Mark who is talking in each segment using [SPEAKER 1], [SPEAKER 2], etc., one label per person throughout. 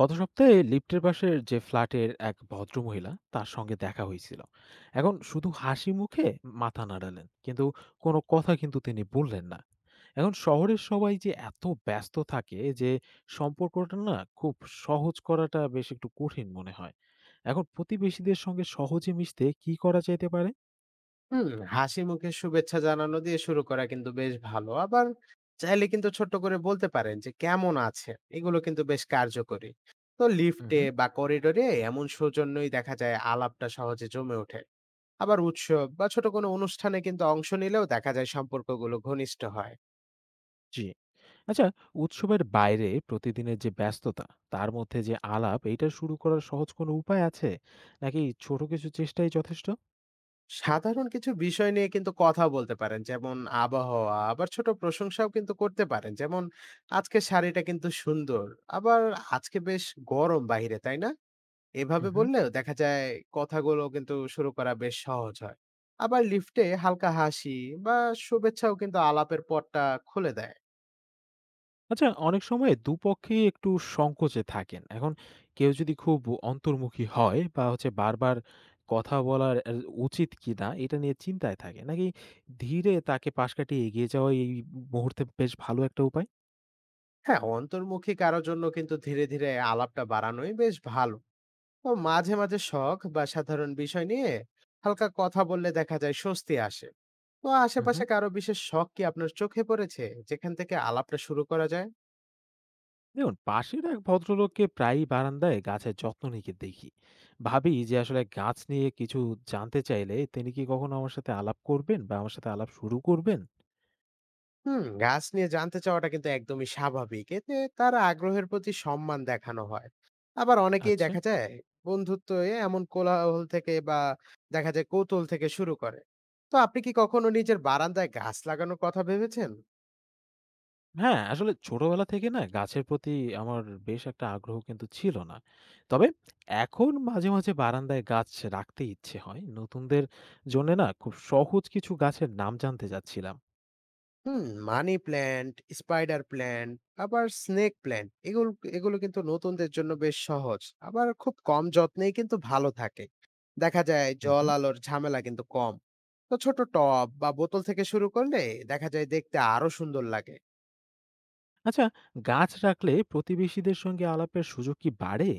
[SPEAKER 1] গত সপ্তাহে লিফটের পাশের যে ফ্ল্যাটের এক ভদ্রমহিলা তার সঙ্গে দেখা হয়েছিল, এখন শুধু হাসি মুখে মাথা নাড়ালেন, কিন্তু কোনো কথা কিন্তু তিনি বললেন না। এখন শহরের সবাই যে এত ব্যস্ত থাকে যে সম্পর্কটা না খুব সহজ করাটা বেশ একটু কঠিন মনে হয়। এখন প্রতিবেশীদের সঙ্গে সহজে মিশতে কি করা যেতে
[SPEAKER 2] হুম, হাসি মুখে শুভেচ্ছা জানানো দিয়ে শুরু করা কিন্তু বেশ ভালো। আবার চাইলে কিন্তু ছোট্ট করে বলতে পারেন যে, "কেমন আছেন?" এগুলো কিন্তু বেশ কার্যকরী। তো লিফটে
[SPEAKER 1] পারে?
[SPEAKER 2] বা করিডোরে এমন সৌজন্যই দেখা যায় আলাপটা সহজে জমে ওঠে। আবার উৎসব বা ছোট কোনো অনুষ্ঠানে কিন্তু অংশ নিলেও দেখা যায় সম্পর্কগুলো ঘনিষ্ঠ হয়।
[SPEAKER 1] জি। আচ্ছা, উৎসবের বাইরে প্রতিদিনের যে ব্যস্ততা, তার মধ্যে যে আলাপ এইটা শুরু করার সহজ কোনো উপায় আছে? নাকি ছোট কিছু চেষ্টাই যথেষ্ট?
[SPEAKER 2] সাধারণ কিছু বিষয় নিয়ে কিন্তু কথা বলতে পারেন, যেমন আবহাওয়া, আবার ছোট প্রশংসাও কিন্তু করতে পারেন। যেমন, "আজকের শাড়িটা কিন্তু সুন্দর।" আবার, "আজকে বেশ গরম বাহিরে, তাই না?"
[SPEAKER 1] হুম,
[SPEAKER 2] এভাবে
[SPEAKER 1] হুম।
[SPEAKER 2] বললেও দেখা যায় কথাগুলো কিন্তু শুরু করা বেশ সহজ হয়। আবার লিফটে হালকা হাসি বা শুভেচ্ছাও কিন্তু আলাপের পথটা খুলে দেয়।
[SPEAKER 1] আচ্ছা, অনেক সময় দুপক্ষেই একটু সংকোচে থাকেন। এখন কেউ যদি খুব অন্তর্মুখী হয় বা হচ্ছে, বারবার কথা বলার এর উচিত কিনা এটা নিয়ে চিন্তায় থাকে, নাকি ধীরে তাকে পাশ কাটিয়ে এগিয়ে যাওয়াই এই মুহূর্তে বেশ ভালো একটা উপায়?
[SPEAKER 2] হ্যাঁ, অন্তর্মুখী কারোর জন্য কিন্তু ধীরে ধীরে আলাপটা বাড়ানোই বেশ ভালো। তো মাঝে মাঝে শখ বা সাধারণ বিষয় নিয়ে হালকা কথা বললে দেখা যায় স্বস্তি আসে। তো
[SPEAKER 1] হুম,
[SPEAKER 2] আশেপাশে
[SPEAKER 1] হুম।
[SPEAKER 2] কারো বিশেষ শখ কি আপনার চোখে পড়েছে যেখান থেকে আলাপটা শুরু করা যায়?
[SPEAKER 1] দেখুন, পাশের এক ভদ্রলোককে প্রায়ই বারান্দায় গাছের যত্ন নিতে দেখি। ভাবি যে আসলে গাছ নিয়ে কিছু জানতে চাইলে তিনি কি কখনো আমার সাথে আলাপ করবেন, বা আমার সাথে আলাপ শুরু করবেন?
[SPEAKER 2] হুম, গাছ নিয়ে জানতে চাওয়াটা কিন্তু একদমই স্বাভাবিক, এতে তার আগ্রহের প্রতি সম্মান দেখানো হয়। আবার অনেকেই
[SPEAKER 1] আচ্ছা,
[SPEAKER 2] দেখা যায় বন্ধুত্ব এ এমন কোলাহল থেকে বা দেখা যায় কৌতূহল থেকে শুরু করে। তো আপনি কি কখনো নিজের বারান্দায় গাছ লাগানোর কথা ভেবেছেন?
[SPEAKER 1] হ্যাঁ আসলে ছোটবেলা থেকে না গাছের প্রতি আমার বেশ একটা আগ্রহ কিন্তু ছিল না। তবে এখন মাঝে মাঝে বারান্দায় গাছ রাখতে ইচ্ছে হয়। নতুনদের জন্য না খুব সহজ কিছু গাছের নাম জানতে চাচ্ছিলাম।
[SPEAKER 2] হুম, মানি প্ল্যান্ট, স্পাইডার প্ল্যান্ট, আবার স্নেক প্ল্যান্ট, এগুলো এগুলো কিন্তু নতুনদের জন্য বেশ সহজ। আবার খুব কম যত্নেই কিন্তু ভালো থাকে। দেখা যায় জল আলোর ঝামেলা কিন্তু কম। তো ছোট টব বা বোতল থেকে শুরু করলে দেখা যায় দেখতে আরো সুন্দর লাগে।
[SPEAKER 1] আচ্ছা, গাছ রাখলে প্রতিবেশীদের সঙ্গে আলাপের সুযোগ কি বাড়ে?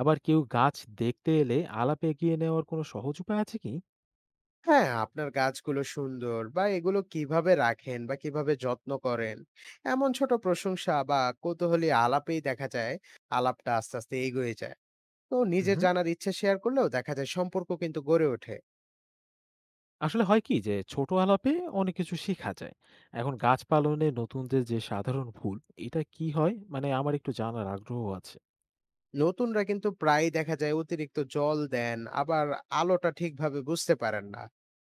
[SPEAKER 1] আবার কেউ গাছ দেখতে এলে আলাপ এগিয়ে নেওয়ার কোনো সহজ উপায় আছে কি?
[SPEAKER 2] হ্যাঁ, আপনার গাছগুলো সুন্দর বা এগুলো কিভাবে রাখেন বা কিভাবে যত্ন করেন, এমন ছোট প্রশংসা বা কৌতূহলী আলাপেই দেখা যায় আলাপটা আস্তে, আস্তে এগোয়ে যায়। তো নিজের
[SPEAKER 1] হুম,
[SPEAKER 2] জানার ইচ্ছে শেয়ার করলেও দেখা যায় সম্পর্ক কিন্তু গড়ে ওঠে।
[SPEAKER 1] আসলে হয় কি যে ছোট আলাপে অনেক কিছু শেখা যায়। এখন গাছ পালনে নতুনদের যে সাধারণ ভুল এটা কি হয়, মানে আমার একটু জানার আগ্রহ আছে।
[SPEAKER 2] নতুনরা কিন্তু প্রায়ই দেখা যায় অতিরিক্ত জল দেন, আবার আলোটা ঠিকভাবে বুঝতে পারেন না।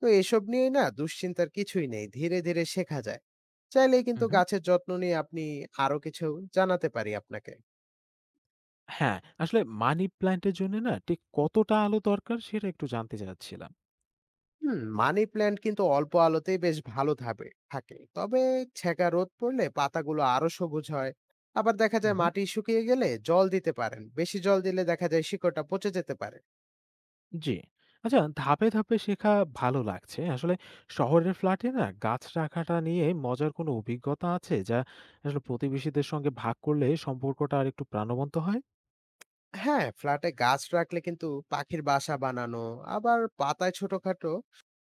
[SPEAKER 2] তো এসব নিয়ে না দুশ্চিন্তার কিছুই নেই, ধীরে ধীরে শেখা যায়। চাইলেই কিন্তু
[SPEAKER 1] হুম।
[SPEAKER 2] গাছের যত্ন নিয়ে আপনি আরো কিছু জানাতে পারি আপনাকে।
[SPEAKER 1] হ্যাঁ, আসলে মানি প্ল্যান্টের জন্য না ঠিক কতটা আলো দরকার সেটা একটু জানতে চাচ্ছিলাম।
[SPEAKER 2] হুম, মানি প্ল্যান্ট কিন্তু অল্প আলোতেই বেশ ভালো ভাবে থাকে, তবে ছেঁকা রোদ পড়লে পাতাগুলো আরো সবুজ হয়। আবার দেখা যায় মাটি শুকিয়ে গেলে জল দিতে পারেন, বেশি জল দিলে দেখা যায় শিকড়টা পচে যেতে পারে।
[SPEAKER 1] জি। আচ্ছা, ধাপে, ধাপে শেখা ভালো লাগছে। আসলে শহরের ফ্ল্যাটে না গাছ রাখাটা নিয়ে মজার কোনো অভিজ্ঞতা আছে, যা আসলে প্রতিবেশীদের সঙ্গে ভাগ করলে সম্পর্কটা আরেকটু প্রাণবন্ত হয়?
[SPEAKER 2] হ্যাঁ, ফ্ল্যাটে গাছ রাখলে কিন্তু পাখির বাসা বানানো আবার পাতায় ছোটখাটো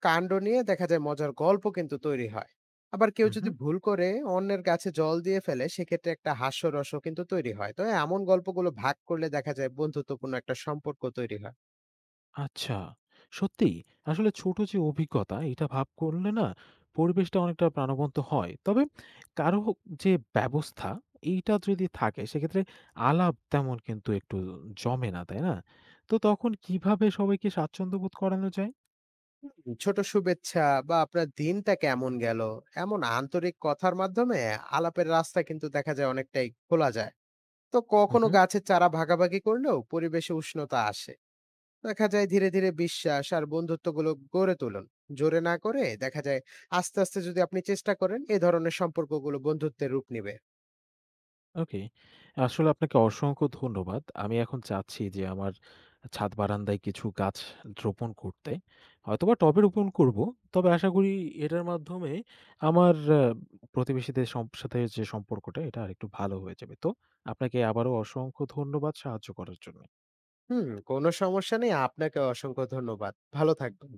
[SPEAKER 2] কাণ্ড নিয়ে দেখা যায় মজার গল্প কিন্তু তৈরি হয়। আবার কেউ যদি
[SPEAKER 1] হুম।
[SPEAKER 2] ভুল করে অন্যের গাছে জল দিয়ে ফেলে সেক্ষেত্রে একটা হাস্যরসও কিন্তু তৈরি হয়। তো এমন গল্পগুলো ভাগ করলে দেখা যায় বন্ধুত্বপূর্ণ একটা সম্পর্ক তৈরি হয়।
[SPEAKER 1] আচ্ছা। সত্যিই আসলে ছোট যে অভিজ্ঞতা এটা ভাগ করলে না পরিবেশটা অনেকটা প্রাণবন্ত হয়। তবে কারো যে ব্যবস্থা এইটা যদি থাকে, সেক্ষেত্রে আলাপ তেমন কিন্তু একটু জমে না, তাই না? তো তখন কিভাবে সবাইকে স্বাচ্ছন্দ্য বোধ করানো যায়?
[SPEAKER 2] ছোট শুভেচ্ছা বা আপনার দিনটা কেমন গেল, এমন আন্তরিক কথার মাধ্যমে আলাপের রাস্তা কিন্তু দেখা যায় অনেকটাই খোলা যায়। তো কখনো
[SPEAKER 1] হুম।
[SPEAKER 2] গাছের চারা ভাগাভাগি করলেও পরিবেশে উষ্ণতা আসে। দেখা যায় ধীরে ধীরে বিশ্বাস আর বন্ধুত্বগুলো গড়ে তুলুন। জোরে না করে দেখা যায় আস্তে আস্তে যদি আপনি চেষ্টা করেন এই ধরনের সম্পর্কগুলো বন্ধুত্বের রূপ নেবে।
[SPEAKER 1] ওকে। আসলে আপনাকে অসংখ্য ধন্যবাদ। আমি এখন চাচ্ছি যে আমার ছাদ বারান্দায় কিছু গাছ রোপণ করতে। হয়তোবা টবে রোপণ করব। তবে আশা করি এটার মাধ্যমে আমার প্রতিবেশীদের সাথে যে সম্পর্কটা এটা আরেকটু ভালো হয়ে যাবে। তো আপনাকে আবারও অসংখ্য ধন্যবাদ সাহায্য করার জন্য।
[SPEAKER 2] হুম, কোনো সমস্যা নেই, আপনাকে অসংখ্য ধন্যবাদ, ভালো থাকবেন।